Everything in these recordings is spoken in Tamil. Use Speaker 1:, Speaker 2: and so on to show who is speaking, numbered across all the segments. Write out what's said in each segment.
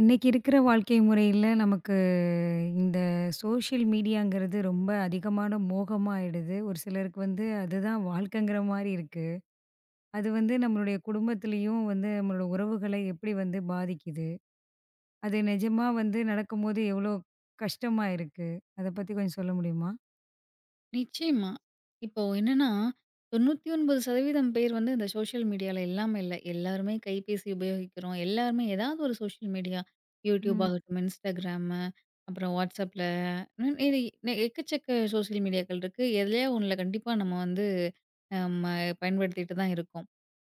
Speaker 1: இன்னைக்கு இருக்கிற வாழ்க்கை முறையில நமக்கு இந்த சோஷியல் மீடியாங்கிறது ரொம்ப அதிகமான மோகமா ஆயிடுது. ஒரு சிலருக்கு வந்து அதுதான் வாழ்க்கைங்கிற மாரி இருக்கு. அது வந்து நம்மளுடைய குடும்பத்திலயும் வந்து நம்மளோட உறவுகள எப்படி வந்து பாதிக்குது? அது நிஜமா வந்து நடக்கும்போது எவ்வளோ கஷ்டமா இருக்கு? அத பத்தி கொஞ்சம் சொல்ல முடியுமா?
Speaker 2: நிச்சயமா. இப்போ என்னன்னா, 99% பேர் வந்து இந்த சோஷியல் மீடியால இல்லாம இல்ல. எல்லாருமே கைபேசி உபயோகிக்கிறோம். எல்லாருமே ஏதாவது ஒரு சோஷியல் மீடியா யூடியூப்
Speaker 1: ம்.
Speaker 2: ஆகட்டும், Instagram, அப்புறம் Whatsappல. இது எக்கச்சக்க சோஷியல் மீடியாக்கள் இருக்கு. எதுலயா ஒண்ணுல கண்டிப்பா நம்ம வந்து நம்ம பயன்படுத்திட்டு தான் இருக்கோம்.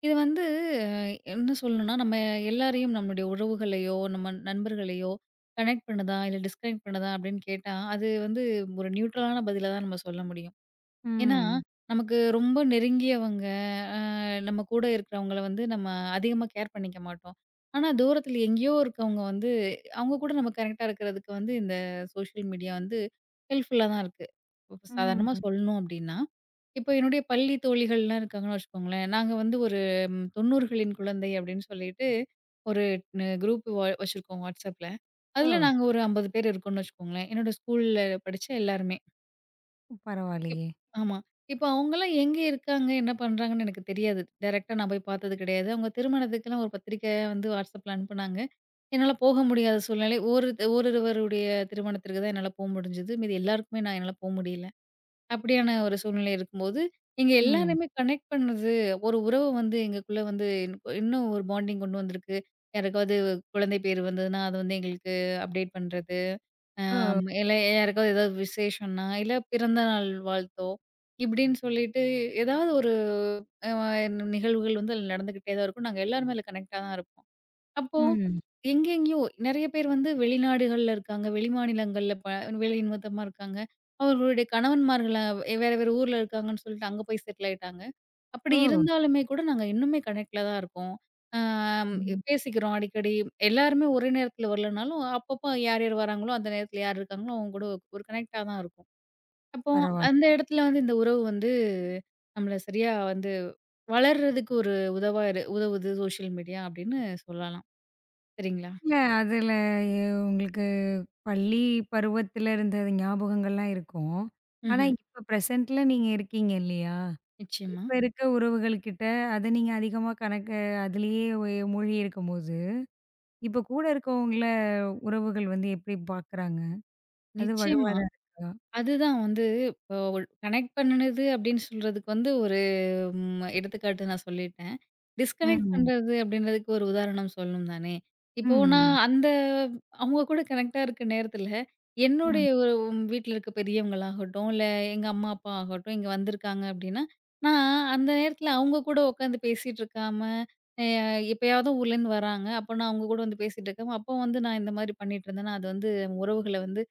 Speaker 2: இது வந்து, என்ன சொல்லணும்னா, நம்ம எல்லாரையும் நம்மளுடைய உறவுகளையோ, நம்ம நண்பர்களையோ கனெக்ட் பண்ணுதா? இல்ல டிஸ்கனெக்ட் பண்ணுதா? அப்படின்னு கேட்டா, அது வந்து ஒரு நியூட்ரலான பதில தான் நம்ம சொல்ல முடியும். ஏன்னா,
Speaker 1: ம்.
Speaker 2: நமக்கு ரொம்ப நெருங்கியவங்க, அ நம்ம கூட இருக்கிறவங்கள வந்து நம்ம அதிகமா கேர் பண்ணிக்க மாட்டோம். ஆனா, தூரத்தில எங்கேயோ இருக்கவங்க வந்து, அவங்க கூட நம்ம கனெக்ட்டா இருக்கிறதுக்கு வந்து இந்த சோஷியல் மீடியா வந்து ஹெல்ப்ஃபுல்லா தான் இருக்கு. இப்ப சாதாரணமா
Speaker 1: ம்.
Speaker 2: சொல்லணும் அப்டின்னா, இப்போ என்னுடைய பள்ளி தோழிகள்லாம் இருக்காங்கன்னு வச்சுக்கோங்களேன். நாங்க வந்து ஒரு 90களின் குழந்தை அப்டின்னு சொல்லிட்டு ஒரு குரூப் வச்சிருக்கோம் WhatsAppல.
Speaker 1: ஓ!
Speaker 2: அதில நாங்க ஒரு 50 பேர் இருக்கோம்னு வச்சுக்கோங்களேன். என்னோட ஸ்கூல்ல படிச்ச எல்லாருமே. இப்
Speaker 1: பரவாயில்லையே!
Speaker 2: ஆமா. இப்ப அவங்கலாம் எங்க இருக்காங்க? என்ன பண்றாங்கன்னு எனக்கு தெரியாது. டைரக்ட்டா நான் போய் பார்த்தது கிடையாது. அவங்க திருமணத்துக்குலாம் ஒரு பத்திரிக்க வந்து WhatsAppல அனுப்புனாங்க. என்னால போக முடியாத சூழ்நிலை. ஓரிருவருடைய திருமணத்திற்கு தான் என்னால போ முடிஞ்சது. மீதி எல்லாருக்குமே நான் என்னால போ முடியல. அப்படியான ஒரு சூழ்நிலை இருக்கும்போது, எங்க
Speaker 1: ம்.
Speaker 2: எல்லாரையுமே கனெக்ட் பண்ணது ஒரு உறவு வந்து எங்களுக்குள்ள வந்து இன்னும் இன்னும் ஒரு பாண்டிங் கொண்டு வந்திருக்கு. யாருக்காவது குழந்தை பேர் வந்ததுன்னா, அது வந்து எங்களுக்கு அப்டேட் பண்றது.
Speaker 1: ஓ!
Speaker 2: ஆமா. இல்ல யாருக்காவது ஏதாவது விசேஷம்னா, இல்ல பிறந்த நாள் வாழ்த்தோ, இப்படின்னு சொல்லிட்டு ஏதாவது ஒரு அ நிகழ்வுகள் வந்து அதுல நடந்துகிட்டே தான் இருக்கும். நாங்க எல்லாருமே அதுல கனெக்ட்டா தான் இருப்போம். அப்போ
Speaker 1: ம்.
Speaker 2: எங்கெங்கேயோ நெறைய பேர் வந்து வெளிநாடுகள்ல இருக்காங்க. வெளிமாநிலங்கள்ல ப வேலை நிமித்தமா இருக்காங்க. அவர்களுடைய கணவன்மார்கள வேற வேற ஊர்ல இருக்காங்கன்னு சொல்லிட்டு அங்க போய் செட்டில் ஆயிட்டாங்க.
Speaker 1: ஓ!
Speaker 2: அப்படி இருந்தாலுமே கூட நாங்க இன்னுமே கனெக்ட்ல தான் இருக்கோம். ஆ
Speaker 1: ம்.
Speaker 2: பேசிக்கிறோம் அடிக்கடி. எல்லாருமே ஒரே நேரத்துல வரலனாலும், அப்பப்போ யார் யார் வராங்களோ அந்த நேரத்துல யார் இருக்காங்களோ அவங்க கூட ஒரு கனெக்ட்டா தான் இருக்கும். அப்போ
Speaker 1: பரவாயில்ல.
Speaker 2: அந்த இடத்துல வந்து இந்த உறவு வந்து நம்மள சரியா வந்து வளர்றதுக்கு ஒரு உதவா இரு உதவுது சோஷியல் மீடியா அப்படின்னு சொல்லலாம். சரிங்களா?
Speaker 1: இல்ல அதுல எ உங்களுக்கு பள்ளி பருவத்துல இருந்த ஞாபகங்கள்லாம் இருக்கும். ஆனா
Speaker 2: ம்ஹ்ம்.
Speaker 1: இப்ப பிரசன்ட்ல நீங்க இருக்கீங்க இல்லையா?
Speaker 2: நிச்சயமா,
Speaker 1: இப்ப இருக்க உறவுகள்கிட்ட அத நீங்க அதிகமா கணக்க அதிலேயே மூழ்கி இருக்கும்போது, இப்ப கூட இருக்கவங்கள உறவுகள் வந்து எப்படி பார்க்குறாங்க? அது வலுவா
Speaker 2: நிச்சயமா.
Speaker 1: தான் இருக்கா?
Speaker 2: அதுதான் வந்து இப்போ கனெக்ட் பண்ணுனது அப்படின்னு சொல்றதுக்கு வந்து எடுத்துக்காட்டு நான் சொல்லிட்டேன். டிஸ்கனெக்ட்
Speaker 1: ம்.
Speaker 2: பண்றது அப்படின்றதுக்கு ஒரு உதாரணம் சொல்லணும் தானே! இப்போ நான்
Speaker 1: ம்.
Speaker 2: அந்த அவுங்க கூட கனெக்ட்டா இருக்க நேரத்தில,
Speaker 1: ம்.
Speaker 2: என்னுடைய ஒரு வீட்ல இருக்க பெரியவங்களாகட்டும், இல்ல எங்க அம்மா, அப்பா ஆகட்டும் இங்க வந்திருக்காங்க அப்படின்னா, நான் அந்த நேரத்தில அவுங்க கூட உட்காந்து பேசிட்டு இருக்காம, அ எப்பயாவது ஊர்லேருந்து வராங்க. அப்போ நான் அவுங்க கூட வந்து பேசிட்டு இருக்காம, அப்போ வந்து நான் இந்த மாரி பண்ணிட்டு இருந்தேன்னா, அது வந்து உறவுகள வந்து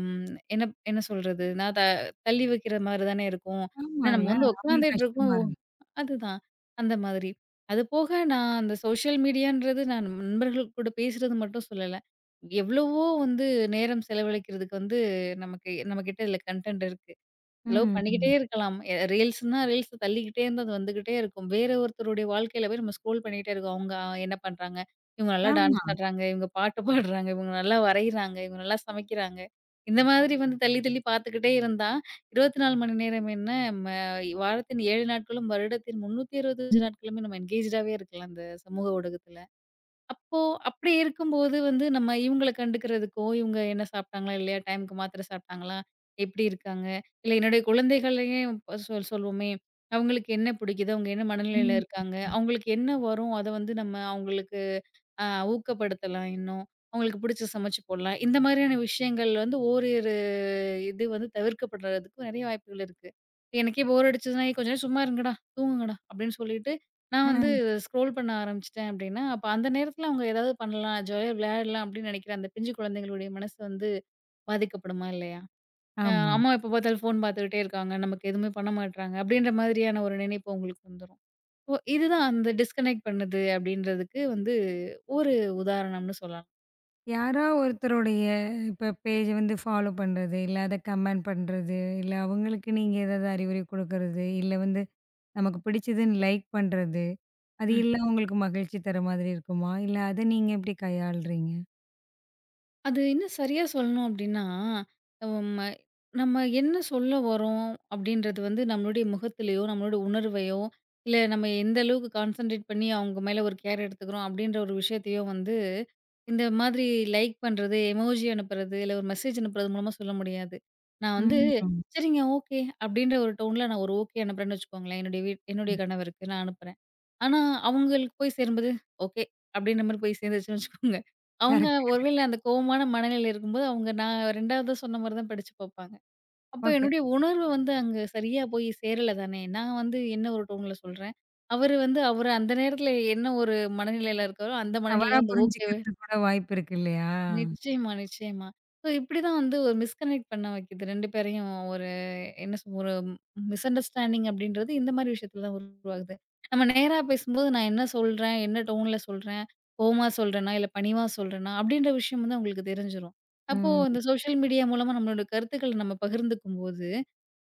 Speaker 2: ம் என்ன என்ன சொல்றது? நான் த தள்ளி வைக்கிற மாரி தானே இருக்கும். ஏன்னா நம்ம
Speaker 1: ஆமால்ல.
Speaker 2: வந்து
Speaker 1: அவங்களுக்கு
Speaker 2: உட்காந்துட்டு
Speaker 1: கஷ்டமா
Speaker 2: இருக்கோம்.
Speaker 1: இருக்கும்.
Speaker 2: அதுதான். அந்த மாதிரி. அது போக நான் அந்த சோஷியல் மீடியான்றது நான் நண்பர்கள் கூட பேசுறது மட்டும் சொல்லல. எவ்வளவோ வந்து நேரம் செலவழிக்கிறதுக்கு வந்து நமக்கு நம்மகிட்ட இதுல கன்டென்ட் இருக்கு. செலவு பண்ணிக்கிட்டே
Speaker 1: ம்.
Speaker 2: இருக்கலாம். ரீல்ஸ்ன்னா ரீல்ஸ் தள்ளிக்கிட்டே இருந்தா அது வந்துகிட்டே இருக்கும். வேற ஒருத்தருடைய வாழ்க்கையில போய் நம்ம ஸ்க்ரோல் பண்ணிக்கிட்டே இருக்கோம். அவங்க என்ன பண்றாங்க? இவங்க நல்லா
Speaker 1: ஆமா.
Speaker 2: டான்ஸ் ஆடுறாங்க, இவங்க பாட்டு பாடுறாங்க, இவங்க நல்லா வரையிறாங்க, இவங்க நல்லா சமைக்கிறாங்க. இந்த மாதிரி வந்து தள்ளி தள்ளி பார்த்துக்கிட்டே இருந்தா, 24 மணி நேரம் என்ன, ம வாரத்தின் 7 நாட்களும், வருடத்தின் 365 நாட்களுமே நம்ம என்கேஜ்டாவே இருக்கலாம் இந்த சமூக ஊடகத்துல. அப்போ அப்படி இருக்கும்போது வந்து நம்ம இவங்கள கண்டுக்கிறதுக்கோ, இவங்க என்ன சாப்பிட்டாங்களா இல்லையா? டைம்க்கு மாத்திரை சாப்பிட்டாங்களா? எப்படி இருக்காங்க? இல்ல என்னுடைய குழந்தைகளையே சொல்வோமே, அவங்களுக்கு என்ன பிடிக்குது? அவங்க என்ன மனநிலையில
Speaker 1: ம்.
Speaker 2: இருக்காங்க? அவங்களுக்கு என்ன வரும்? அத வந்து நம்ம அவங்களுக்கு அ ஊக்கப்படுத்தலாம் இன்னும். அவங்களுக்கு பிடிச்சு சமைச்சு போடலாம். இந்த மாதிரியான விஷயங்கள் வந்து இது வந்து தவிர்க்கப்படுறதுக்கு நெறைய வாய்ப்புகள் இருக்கு. எனக்கே போர் அடிச்சதுன்னா, "ஏய் கொஞ்ச நேரம் சும்மா இருங்கடா, தூங்குங்கடா" அப்படின்னு சொல்லிட்டு நான் வந்து ஸ்க்ரோல் பண்ண ஆரம்பிச்சுட்டேன் அப்படின்னா, அப்ப அந்த நேரத்துல அவங்க ஏதாவது பண்ணலாம், ஜாலியா விளையாடலாம் அப்படின்னு நெனைக்கிற அந்த பிஞ்சு குழந்தைகளுடைய மனசு வந்து பாதிக்கப்படுமா இல்லையா?
Speaker 1: ஆமா.
Speaker 2: அம்மா எப்ப பார்த்தாலும் ஃபோன் பார்த்துக்கிட்டே இருக்காங்க, நமக்கு எதுவுமே பண்ண மாட்றாங்க அப்படின்ற மாதிரியான ஒரு நினைப்பு உங்களுக்கு வந்துரும். ஓ! இதுதான் அந்த டிஸ்கனெக்ட் பண்ணுது அப்படின்றதுக்கு வந்து ஒரு உதாரணம்னு சொல்லலாம். ம்.
Speaker 1: யாரா ஒருத்தருடைய இப்ப பேஜ வந்து ஃபாலோ பண்றது, இல்ல அத கமெண்ட் பண்றது, இல்ல அவங்களுக்கு நீங்க ஏதாவது அறிவுரை குடுக்கறது, இல்ல வந்து நமக்கு பிடிச்சதுன்னு லைக் பண்றது, அது எல்லாம் உங்களுக்கு மகிழ்ச்சி தர மாதிரி இருக்குமா? இல்ல அத நீங்க எப்படி கையாளுறீங்க?
Speaker 2: அது இன்னும் சரியா சொல்லணும் அப்டின்னா, நம்ம நம்ம என்ன சொல்ல வரோம் அப்டின்றது வந்து நம்மளுடைய முகத்திலயோ, நம்மளோட உணர்வையோ, இல்ல நம்ம எந்த அளவுக்கு கான்சன்ட்ரேட் பண்ணி அவங்க மேல ஒரு கேர் எடுத்துக்கிறோம் அப்டின்ற ஒரு விஷயத்தையோ வந்து, இந்த மாதிரி லைக் பண்றது, எமோஜி அனுப்புறது, இல்ல ஒரு மெசேஜ் அனுப்புறது மூலமா சொல்ல முடியாது. நான் வந்து
Speaker 1: ம்.
Speaker 2: சரிங்க, ஓகே. அப்டின்ற ஒரு டோன்ல நான் ஒரு ஓகே அனுப்புறேன்னு வச்சுக்கோங்களேன். என்னுடைய
Speaker 1: ம்.
Speaker 2: கணவருக்கு நான் அனுப்புறேன். ஆனா, அவங்களுக்கு போய் சேரும்போது, ஓகே. அப்படின்ற மாரி போய் சேர்ந்துருச்சுன்னு வச்சுக்கோங்க. அவங்க
Speaker 1: கரெக்ட்,
Speaker 2: ஒருவேள
Speaker 1: கரெக்ட்.
Speaker 2: அந்த கோவமான மனநிலையில இருக்கும்போது, அவங்க நான் 2வது சொன்ன மாரி தான் படிச்சு பார்ப்பாங்க. அப்ப
Speaker 1: ஓகே.
Speaker 2: என்னுடைய உணர்வு வந்து அங்க சரியா போய் சேரல தானே! நான் வந்து என்ன ஒரு டோன்ல சொல்றேன். அவரு அந்த நேரத்தில என்ன ஒரு மனநிலையில இருக்காரோ, அந்த
Speaker 1: தவறா
Speaker 2: மனநிலையில அந்த ஓகே
Speaker 1: புரிஞ்சுக்கிறது கூட வாய்ப்பு இருக்கு இல்லையா?
Speaker 2: நிச்சயமா, நிச்சயமா. ஸோ இப்படிதான் வந்து ஒரு மிஸ்கனெக்ட் பண்ண வைக்குது 2 பேரையும். ஒரு என்ன சொல் ஒரு மிஸ் அண்டர்ஸ்டாண்டிங் அப்படின்றது இந்த மாரி விஷயத்துல தான் உருவாகுது. நம்ம நேரா பேசும்போது நான் என்ன சொல்றேன், என்ன டோன்ல சொல்றேன், கோவமா சொல்றேனா, இல்ல பணிவா சொல்றேனா, அப்படின்ற விஷயம் வந்து அவங்களுக்கு தெரிஞ்சிரும். அப்போ
Speaker 1: ம்.
Speaker 2: இந்த சோஷியல் மீடியா மூலமா நம்மளோட கருத்துக்கள நம்ம பகிர்ந்துக்கும்போது,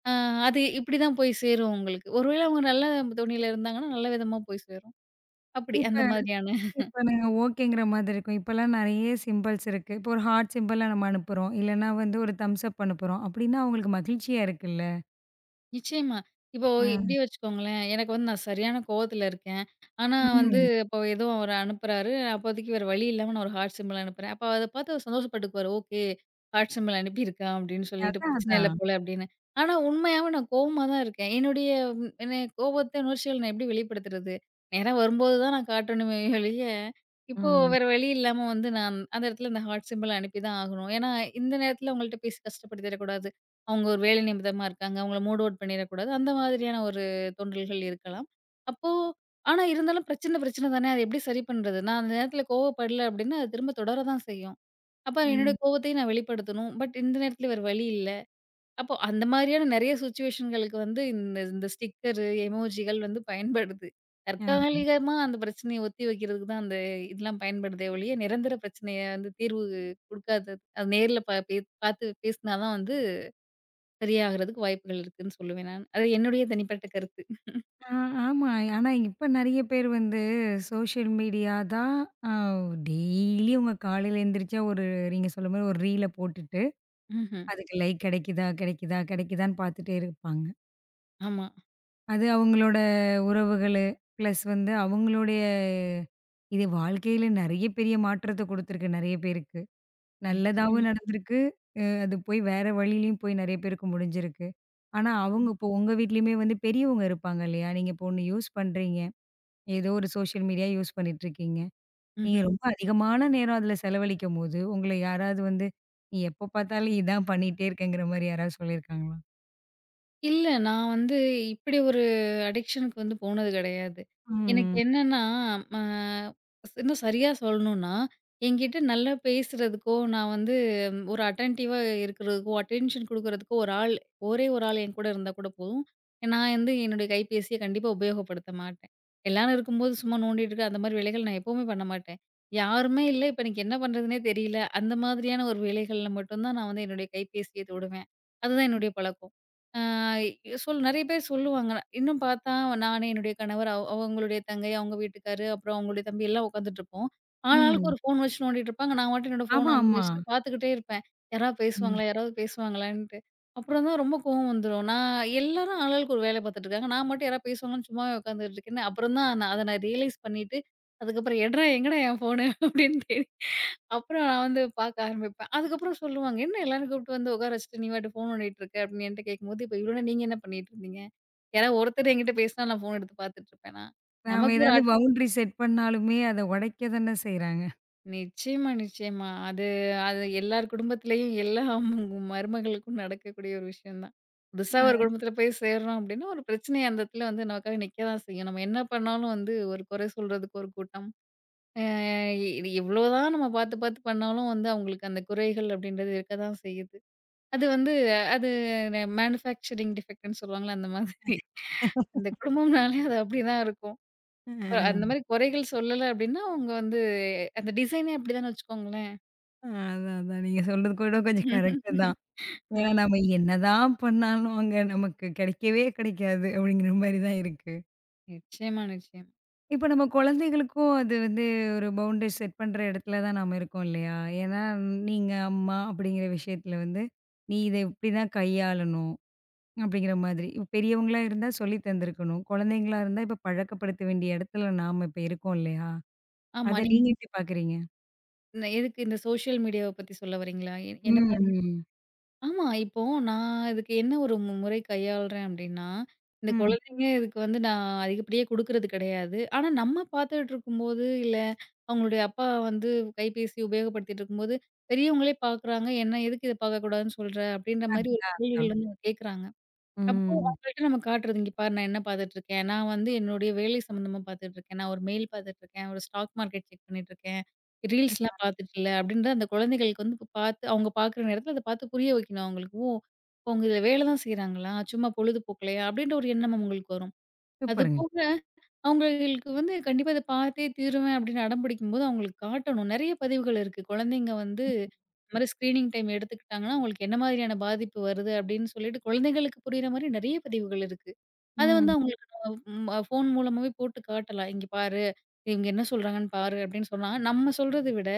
Speaker 2: அ அது இப்படிதான் போய் சேரும் உங்களுக்கு. ஒருவேள அவங்க நல்ல தோணியில இருந்தாங்கன்னா, நல்ல விதமா போய் சேரும். அப்படி
Speaker 1: இப்ப
Speaker 2: அந்த மாதிரியான
Speaker 1: இப்ப நாங்க ஓகேங்கிற மாதிரி இருக்கும். இப்பலாம் நெறைய சிம்பிள்ஸ் இருக்கு. இப்போ ஒரு ஹார்ட் சிம்பல்லாம் நம்ம அனுப்புறோம். இல்லன்னா வந்து ஒரு தம்ஸ் அப் அனுப்புறோம். அப்படின்னா அவங்களுக்கு மகிழ்ச்சியா இருக்குல்ல.
Speaker 2: நிச்சயமா. இப்போ
Speaker 1: அ.
Speaker 2: இப்படியே வச்சுக்கோங்களேன். எனக்கு வந்து நான் சரியான கோவத்துல இருக்கேன். ஆனா வந்து
Speaker 1: ம்.
Speaker 2: இப்போ ஏதோ அவரு அனுப்புறாரு. அப்போதைக்கு வேற வழி இல்லாம நான் ஒரு ஹார்ட் சிம்பல் அனுப்புறேன். அப்ப அத பார்த்து அவர் சந்தோஷப்பட்டுக்குவாரு. ஓகே. ஹார்ட் சிம்பல் அனுப்பியிருக்கான் அப்படின்னு சொல்லிட்டு
Speaker 1: அதான்,
Speaker 2: பிரச்சனை இல்ல
Speaker 1: அதான்.
Speaker 2: போல அப்படின்னு. ஆனா உண்மையாவே நான் கோவமா தான் இருக்கேன். என்னுடைய என்ன கோபத்த, உணர்ச்சிகள் நான் எப்படி வெளிப்படுத்துறது? நேரா வரும்போது தான் நான் காட்டணுமே ஒழிய, இப்போ
Speaker 1: ம்.
Speaker 2: வேற வழி இல்லாம வந்து நான் அந்த இடத்துல இந்த ஹார்ட் சிம்பல் அனுப்பி தான் ஆகணும். ஏன்னா இந்த நேரத்துல உங்கள்ட்ட பேசி கஷ்டப்படுத்திடக்கூடாது. அவங்க ஒரு வேலை நிமித்தமா இருக்காங்க. அவங்கள மூட் அவுட் பண்ணிறக்கூடாது. அந்த மாதிரியான ஒரு தோன்றல்கள் இருக்கலாம். அப்போ ஆனா இருந்தாலும் பிரச்சனை பிரச்சனை தானே! அத எப்படி சரி பண்றது? நான் அந்த நேரத்தில கோவப்படல அப்படின்னா, அது திரும்ப தொடர தான் செய்யும். அப்ப என்னுடைய
Speaker 1: ம்.
Speaker 2: கோவத்தையும் நான் வெளிப்படுத்தணும். பட் இந்த நேரத்தில வேற வழி இல்ல. அப்போ அந்த மாதிரியான நெறைய சிச்சுவேஷன்களுக்கு வந்து இந்த இந்த ஸ்டிக்கரு, எமோஜிகள் வந்து பயன்படுது.
Speaker 1: ஆமா.
Speaker 2: தற்காலிகமா அந்த பிரச்சனைய ஒத்தி வைக்கிறதுக்கு தான் அந்த இதெல்லாம் பயன்படுதே ஒழிய, நிரந்தர பிரச்சனைய வந்து தீர்வு குடுக்காதது. அது நேர்ல பா பே பார்த்து பேசினா தான் வந்து சரியாகறதுக்கு வாய்ப்புகள் இருக்குன்னு சொல்லுவேன் நான். அது என்னுடைய தனிப்பட்ட கருத்து.
Speaker 1: ஆ ஆமா. ஆனா இப்ப நெறைய பேர் வந்து சோஷியல் மீடியா தான் அ டெய்லி உங்க காலையில எந்திரிச்சா ஒரு நீங்க சொல்ல மாரி ஒரு ரீல போட்டுட்டு,
Speaker 2: ம்ஹ்ம்.
Speaker 1: அதுக்கு லைக் கிடைக்குதா, கிடைக்குதா, கிடைக்குதான்னு பார்த்துட்டே இருப்பாங்க.
Speaker 2: ஆமா.
Speaker 1: அது அவங்களோட உறவுகளு, பிளஸ் வந்து அவங்களுடைய இது வாழ்க்கையில நெறைய பெரிய மாற்றத்த குடுத்துருக்கு நெறைய பேருக்கு. நல்லதாவும்
Speaker 2: நிச்சயமா.
Speaker 1: நடந்திருக்கு. அது போய் வேற வழியிலயும் போய் நெறைய பேருக்கு முடிஞ்சிருக்கு. ஆனா, அவங்க இப்போ உங்க வீட்லயுமே வந்து பெரியவங்க இருப்பாங்க இல்லையா? நீங்க இப்போ ஒண்ணு யூஸ் பண்றீங்க. ஏதோ ஒரு சோஷியல் மீடியா யூஸ் பண்ணிட்டுருக்கீங்க. நீங்க
Speaker 2: ம்ஹ்ம்.
Speaker 1: ரொம்ப அதிகமான நேரம் அதில செலவழிக்கும்போது, உங்கள யாராவது வந்து, "நீ எப்ப பார்த்தாலும் இதான் பண்ணிட்டே இருக்கங்கிற" மாரி யாராவது சொல்லியிருக்காங்களா?
Speaker 2: இல்ல. நான் வந்து இப்படி ஒரு அடிக்ஷனுக்கு வந்து போனது கிடையாது. எனக்கு
Speaker 1: ம்.
Speaker 2: என்னன்னா, ம இன்னும் சரியா சொல்லணும்னா, என்கிட்ட நல்லா பேசுறதுக்கோ, நான் வந்து ஒரு அட்டென்டிவா இருக்கிறதுக்கோ, அட்டென்ஷன் குடுக்குறதுக்கோ ஒரு ஆள், ஒரே ஒரு ஆள் என்கூட இருந்தா கூட போதும். நான் வந்து என்னுடைய கைபேசிய கண்டிப்பா உபயோகப்படுத்த மாட்டேன். எல்லாரும் இருக்கும்போது சும்மா நோண்டிட்டு இருக்க, அந்த மாரி வேலைகள் நான் எப்பவுமே பண்ண மாட்டேன். யாருமே இல்ல, இப்ப எனக்கு என்ன பண்றதுன்னே தெரியல. அந்த மாதிரியான ஒரு வேலைகள்ல மட்டும் தான் நான் வந்து என்னுடைய கைபேசிய தொடுவேன். அதுதான் என்னுடைய பழக்கம். அ சொல் நிறைய பேர் சொல்லுவாங்க. இன்னும் பார்த்தா நானு, என்னுடைய கணவர், அவங்களுடைய தங்கை, அவங்க வீட்டுக்காரு, அப்புறம் அவங்களுடைய தம்பி எல்லாம் உட்காந்துட்டுருப்போம். ஆளாளுக்கு
Speaker 1: ம்.
Speaker 2: ஒரு ஃபோன் வச்சு நோண்டிட்டு இருப்பாங்க. நான் பாட்டுக்கு என்னோட ஃபோன்
Speaker 1: ஆமா,
Speaker 2: ஆன்
Speaker 1: ஆமா.
Speaker 2: வச்சுட்டு பார்த்துக்கிட்டே இருப்பேன்.
Speaker 1: ம்.
Speaker 2: யாராவது பேசுவாங்களான்ட்டு. அப்புறம் தான் ரொம்ப கோவம் வந்துரும். நான் எல்லாரும் ஆளாளுக்கு ஒரு வேலை பார்த்துட்டு இருக்காங்க. நான் மட்டும் யாராவது பேசுவாங்கன்னு சும்மாவே உட்காந்துட்டு இருக்கேன்னு, அப்புறம் தான் நான் ரியலைஸ் பண்ணிட்டு, அதுக்கப்புறம் எட்றா எங்கடா என் ஃபோனு? அப்படின்னு தேடி அப்புறம் நான் வந்து பார்க்க ஆரம்பிப்பேன். அதுக்கப்புறம் சொல்லுவாங்க, "என்ன எல்லாரும் கூப்பிட்டு வந்து உட்கார வச்சுட்டு, நீ பாட்டுக்கு ஃபோன் நோண்டிட்டு இருக்க?" அப்படின்னு என்ட்ட கேட்கும்போது, "இப்ப இவ்வளோ நேரம் நீங்க என்ன பண்ணிட்டு இருந்தீங்க? யாராவது ஒருத்தர் என்கிட்ட பேசினா நான் ஃபோன் எடுத்து பார்த்துட்டு இருப்பேனா?"
Speaker 1: நாம
Speaker 2: நமக்கு ஒரு
Speaker 1: ஏதாவது
Speaker 2: ஆட்
Speaker 1: பவுண்டரி செட் பண்ணாலுமே, அத உடைக்க தானே செய்றாங்க.
Speaker 2: நிச்சயமா, நிச்சயமா. அது அது எல்லார் குடும்பத்திலயும் எல்லா மருமகளுக்கும் நடக்கக்கூடிய ஒரு விஷயம் தான். புதுசா
Speaker 1: அ.
Speaker 2: ஒரு குடும்பத்தில போய் சேர்றோம் அப்படின்னா, ஒரு பிரச்சனை அந்த இடத்துல வந்து நமக்காக நிக்க தான் செய்யும். நம்ம என்ன பண்ணாலும் வந்து ஒரு குறை சொல்றதுக்கு ஒரு கூட்டம். அ இ இவ்வளோதான் நம்ம பார்த்து பார்த்து பண்ணாலும் வந்து அவங்களுக்கு அந்த குறைகள் அப்படின்றது இருக்க தான் செய்யுது. அது வந்து அது மேனுஃபேக்சரிங் டிஃபெக்ட்ன்னு சொல்லுவாங்கல்ல, அந்த மாதிரி. அந்த குடும்பம்னாலே அது அப்படிதான் இருக்கும். அந்த
Speaker 1: அ.
Speaker 2: மாரி குறைகள் சொல்லல அப்படின்னா, அவங்க வந்து அந்த டிசைனே அப்படிதான்னு வச்சுக்கோங்களேன்.
Speaker 1: அதான், அதான். நீங்க சொல்றது கூட கொஞ்சம் கரெக்ட்டு தான். ஏன்னா
Speaker 2: ஆ.
Speaker 1: நம்ம என்னதான் பண்ணாலும் அங்க நமக்கு கிடைக்கவே கிடைக்காது அப்படிங்கிற மாரி தான் இருக்கு.
Speaker 2: நிச்சயமா, நிச்சயமா.
Speaker 1: இப்ப நம்ம குழந்தைகளுக்கும் அது வந்து ஒரு பவுண்டரி செட் பண்ற இடத்துல தான் நாம இருக்கோம் இல்லையா? ஏன்னா நீங்க அம்மா அப்படிங்கிற விஷயத்துல வந்து, நீ இத இப்படிதான் கையாளணும் அப்படிங்கிற மாதிரி. இப்ப பெரியவங்களா இருந்தா சொல்லி தந்திருக்கணும். குழந்தைங்களா இருந்தா இப்ப பழக்கப்படுத்த வேண்டிய இடத்துல நாம இப்ப இருக்கோம் இல்லையா?
Speaker 2: ஆமா.
Speaker 1: அத
Speaker 2: நீங்க
Speaker 1: நீங்க எப்படி பார்க்குறீங்க?
Speaker 2: இதுக்கு இந்த சோஷியல் மீடியாவ பத்தி சொல்ல வரீங்களா? என்ன
Speaker 1: ம்.
Speaker 2: ஆமா. இப்போ நான் இதுக்கு என்ன ஒரு முறை கையாளுறேன் அப்டின்னா, இந்த
Speaker 1: ம்.
Speaker 2: குழந்தைங்க இதுக்கு வந்து நான் அதிகப்படியே குடுக்குறது கிடையாது. ஆனா நம்ம பார்த்துட்டு இருக்கும்போது, இல்ல அவங்களுடைய அப்பா வந்து கைபேசி உபயோகப்படுத்திட்டு இருக்கும்போது, பெரியவங்களே பார்க்குறாங்க. என்ன எதுக்கு இத பார்க்கக்கூடாதுன்னு சொல்ற? அப்டின்ற மாரி ஒரு
Speaker 1: அதான் அதான்.
Speaker 2: கேள்விகள் வந்து அவங்க கேட்குறாங்க. அப்போ
Speaker 1: ம்.
Speaker 2: அவங்கள்ட்ட நம்ம காட்டுறது, "இங்க பாரு நான் என்ன பாத்துட்டுருக்கேன். நான் வந்து என்னுடைய வேலை சம்மந்தமா பாத்துட்டுருக்கேன். நான் ஒரு மெயில் பாத்துட்டுருக்கேன். ஒரு ஸ்டாக் மார்க்கெட் செக் பண்ணிட்டுருக்கேன். ரீல்ஸ்லாம் பாத்துட்டு இல்ல." அப்படின்ற அந்த குழந்தைகளுக்கு வந்து இப்ப பாத்து அவங்க பாக்குற நேரத்துல அத பாத்து புரிய வைக்கணும் அவங்களுக்கு. "ஓ! இப்போ அவங்க இதுல வேலை தான் செய்றாங்களா? சும்மா பொழுதுபோக்கலையா?" அப்படின்ற ஒரு எண்ணம் அவங்களுக்கு வரும். அது
Speaker 1: சூப்பருங்க.
Speaker 2: போக அவங்களுக்கு வந்து கண்டிப்பா இத பார்த்தே தீருவேன் அப்படின்னு அடம் பிடிக்கும்போது, அவங்களுக்கு காட்டணும். நெறைய பதிவுகள் இருக்கு. குழந்தைங்க வந்து இந்த மாரி ஸ்க்ரீனிங் டைம் எடுத்துக்கிட்டாங்கன்னா, அவங்களுக்கு என்ன மாதிரியான பாதிப்பு வருது அப்படின்னு சொல்லிட்டு, குழந்தைங்களுக்கு புரியிற மாரி நெறைய பதிவுகள் இருக்கு. அத வந்து
Speaker 1: ம்.
Speaker 2: அவங்களுக்கு நம்ம ஃபோன் மூலமாவே போட்டு காட்டலாம். "இங்க பாரு, இவங்க என்ன சொல்றாங்கன்னு பாரு" அப்படின்னு சொன்னா, நம்ம சொல்றத விட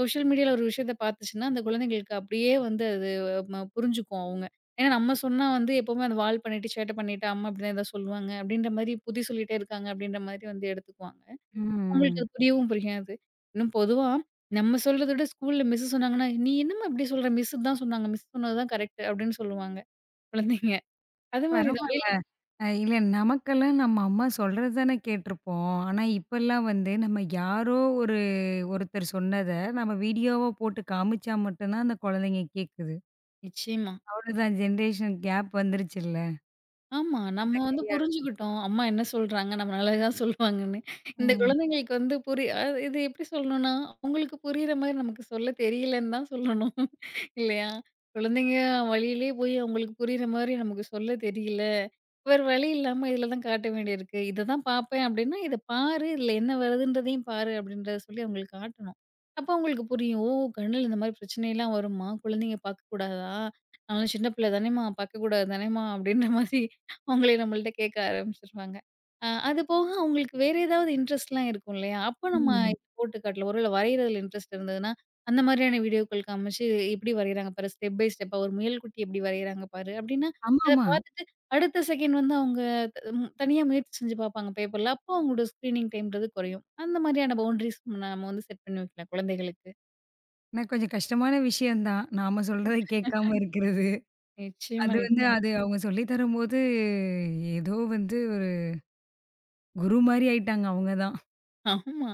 Speaker 2: சோஷியல் மீடியால ஒரு விஷயத்த பார்த்துச்சுன்னா, அந்த குழந்தைங்களுக்கு அப்படியே வந்து அது புரிஞ்சுக்கும் அவங்க. ஏன்னா நம்ம சொன்னா வந்து எப்பவுமே அந்த வால் பண்ணிட்டு, சேட்டை பண்ணிட்டு, அம்மா இப்படிதான் ஏதாவது சொல்லுவாங்க அப்படின்ற மாரி, புத்தி சொல்லிட்டே இருக்காங்க அப்படின்ற மாரி வந்து எடுத்துக்குவாங்க. அவங்களுக்கு
Speaker 1: ம்.
Speaker 2: அது புரியவும் புரியாது. இன்னும் பொதுவா நம்ம சொல்றத விட ஸ்கூல்ல மிஸ் சொன்னாங்கன்னா, "நீ என்னம்மா இப்படி சொல்ற? மிஸ் தான் சொன்னாங்க. மிஸ் சொன்னது தான் கரெக்ட்" அப்படின்னு சொல்லுவாங்க குழந்தைங்க. அது மாரி தான்.
Speaker 1: பரவால்ல. இல்ல நமக்கெல்லாம் நம்ம அம்மா சொல்றது தானே கேட்டுருப்போம். ஆனா, இப்பல்லாம் வந்து நம்ம யாரோ ஒரு ஒருத்தர் சொன்னத நம்ம வீடியோவா போட்டு காமிச்சா மட்டும் தான் அந்த குழந்தைங்க கேட்குது.
Speaker 2: நிச்சயமா.
Speaker 1: அவ்வளோதான் ஜெனரேஷன் கேப் வந்துருச்சுல்ல.
Speaker 2: ஆமா.
Speaker 1: அந்த
Speaker 2: நம்ம வந்து
Speaker 1: கையால
Speaker 2: புரிஞ்சுக்கிட்டோம். அம்மா என்ன சொல்றாங்க, நம்ம நல்லதுதான் சொல்லுவாங்கன்னு. இந்த
Speaker 1: ம்.
Speaker 2: குழந்தைங்களுக்கு வந்து புரி அ இது எப்படி சொல்லணும்னா, அவங்களுக்கு புரியிற மாரி நமக்கு சொல்ல தெரியலன்னு தான் சொல்லணும். இல்லையா? குழந்தைங்க வழியிலேயே போய் அவங்களுக்கு புரியிற மாரி நமக்கு சொல்ல தெரியல. வேற வழி இல்லாம இதில தான் காட்ட வேண்டியிருக்கு. இத தான் பார்ப்பேன் அப்படின்னா, இத பாரு. இதில என்ன வருதுன்றதையும் பாரு அப்படின்றத சொல்லி அவங்களுக்கு காட்டணும். அப்போ அவங்களுக்கு புரியும். ஓ! கண்ணுல இந்த மாரி பிரச்சனைலாம் வருமா? குழந்தைங்க பார்க்கக்கூடாதா? நான்லாம் சின்ன பிள்ளை தானேம்மா! பார்க்கக்கூடாது தானேம்மா! அப்படின்ற மாதிரி அவங்களே நம்மள்ட்ட கேட்க ஆரம்பிச்சுருவாங்க. அது போக அவங்களுக்கு வேற ஏதாவது இன்ட்ரெஸ்ட்லாம் இருக்கும் இல்லையா? அப்ப நம்ம ம்.
Speaker 1: ம்.
Speaker 2: இது போட்டு காட்டலாம். ஒருவேள வரையிறதுல இன்ட்ரெஸ்ட் இருந்ததுன்னா, அந்த மாதிரியான வீடியோக்கள் காமிச்சு, "இப்படி வரையிறாங்க பாரு. ஸ்டெப் பை ஸ்டெப்பா ஒரு முயல்குட்டி எப்படி வரையிறாங்க பாரு." அப்படின்னா அத
Speaker 1: ஆமாமா.
Speaker 2: பார்த்துட்டு அடுத்த செகண்ட் வந்து அவங்க த ம் தனியா முயற்சி செஞ்சு பார்ப்பாங்க பேப்பர்ல. அப்போ அவங்களோட ஸ்க்ரீனிங் டைம்ன்றது குறையும். அந்த மாதிரியான பவுண்டரீஸ் நம்ம வந்து செட் பண்ணி வைக்கலாம் குழந்தைகளுக்கு.
Speaker 1: ஆனா கொஞ்சம் கஷ்டமான விஷயம் தான். நாம சொல்றத கேட்காம இருக்கிறது.
Speaker 2: நிச்சயமா,
Speaker 1: அது
Speaker 2: நிச்
Speaker 1: வந்து அது அவங்க சொல்லி தரும்போது ஏதோ வந்து ஒரு குரு மாரி ஆயிட்டாங்க அவங்க தான்.
Speaker 2: ஆமா.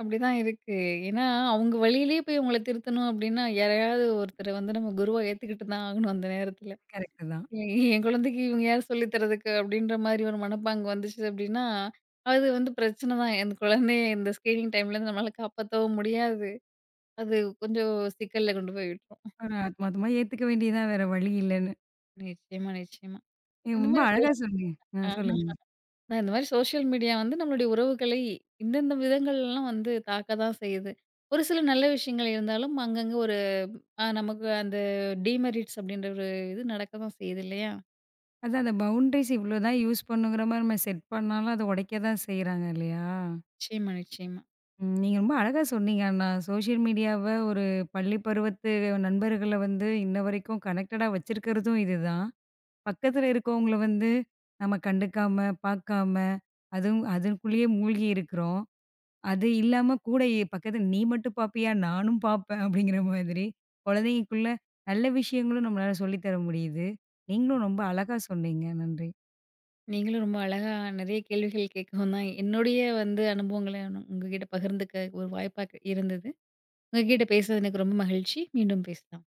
Speaker 2: அப்படிதான் இருக்கு. ஏன்னா, அவங்க வழியிலேயே போய் அவங்கள திருத்தணும் அப்படின்னா, யாரையாவது ஒருத்தர வந்து நம்ம குருவா ஏத்துக்கிட்டு தான் ஆகணும் அந்த நேரத்துல.
Speaker 1: கரெக்ட்டு தான்.
Speaker 2: எ என் குழந்தைக்கு இவங்க யார் சொல்லி தர்றதுக்கு அப்படின்ற மாரி ஒரு மனப்பாங்கு வந்துச்சு அப்படின்னா, அது வந்து பிரச்சனை தான். அந்த குழந்தைய இந்த ஸ்க்ரீனிங் டைம்லேருந்து நம்மளால காப்பாத்தவும் முடியாது. அது கொஞ்சம் சிக்கல்ல கொண்டு போய் விட்டுரும்.
Speaker 1: ஒரு ஆத்மார்த்தமா ஏத்துக்க வேண்டியது தான் வேற வழி இல்லன்னு.
Speaker 2: நிச்சயமா, நிச்சயமா.
Speaker 1: நீங்க
Speaker 2: இந்த
Speaker 1: ரொம்ப
Speaker 2: மாரி
Speaker 1: அழகா
Speaker 2: சோஷ்
Speaker 1: சொன்னீங்க. ஆ
Speaker 2: ஆஹ.
Speaker 1: சொல்லுங்க.
Speaker 2: நான் இந்த மாரி சோஷியல் மீடியா வந்து நம்மளுடைய உறவுகளை இந்தந்த விதங்கள்லாம் வந்து தாக்க தான் செய்யுது. ஒரு சில நல்ல விஷயங்கள் இருந்தாலும் அங்கங்க நமக்கு அந்த டிமெரிட்ஸ் அப்படின்ற ஒரு இது நடக்க தான் செய்யுது இல்லையா?
Speaker 1: அதான் அந்த பவுண்டரீஸ் இவ்ளோ தான் யூஸ் பண்ணுங்கிற மாரி நம்ம செட் பண்ணாலும் அத உடைக்க தான் செய்றாங்க இல்லையா?
Speaker 2: நிச்சயமா, நிச்சயமா.
Speaker 1: ம். நீங்க ரொம்ப அழகா சொன்னீங்க ஆனா. சோஷியல் மீடியாவ ஒரு பள்ளி பருவத்து நண்பர்கள வந்து இன்ன வரைக்கும் கனெக்டடா வச்சிருக்கிறதும் இதுதான். பக்கத்துல இருக்கவங்கள வந்து நம்ம கண்டுக்காம, பார்க்காம அதுவும் அதற்குள்ளேயே மூழ்கி இருக்கிறோம். அது இல்லாம கூட பக்கத்துல "நீ மட்டும் பாப்பியா? நானும் பாப்பேன்." அப்படிங்கிற மாதிரி குழந்தைங்களுக்குள்ள நல்ல விஷயங்களும் நம்மளால சொல்லி தர முடியுது. நீங்களும் ரொம்ப அழகா சொன்னீங்க. நன்றி.
Speaker 2: நீங்களும் ரொம்ப அழகா நெறைய கேள்விகள் கேட்கவும் தான் என்னுடைய வந்து அனுபவங்கள உங்ககிட்ட பகிர்ந்துக்க ஒரு வாய்ப்பா இருந்தது. உங்ககிட்ட பேசுனது எனக்கு ரொம்ப மகிழ்ச்சி. மீண்டும் பேசலாம்.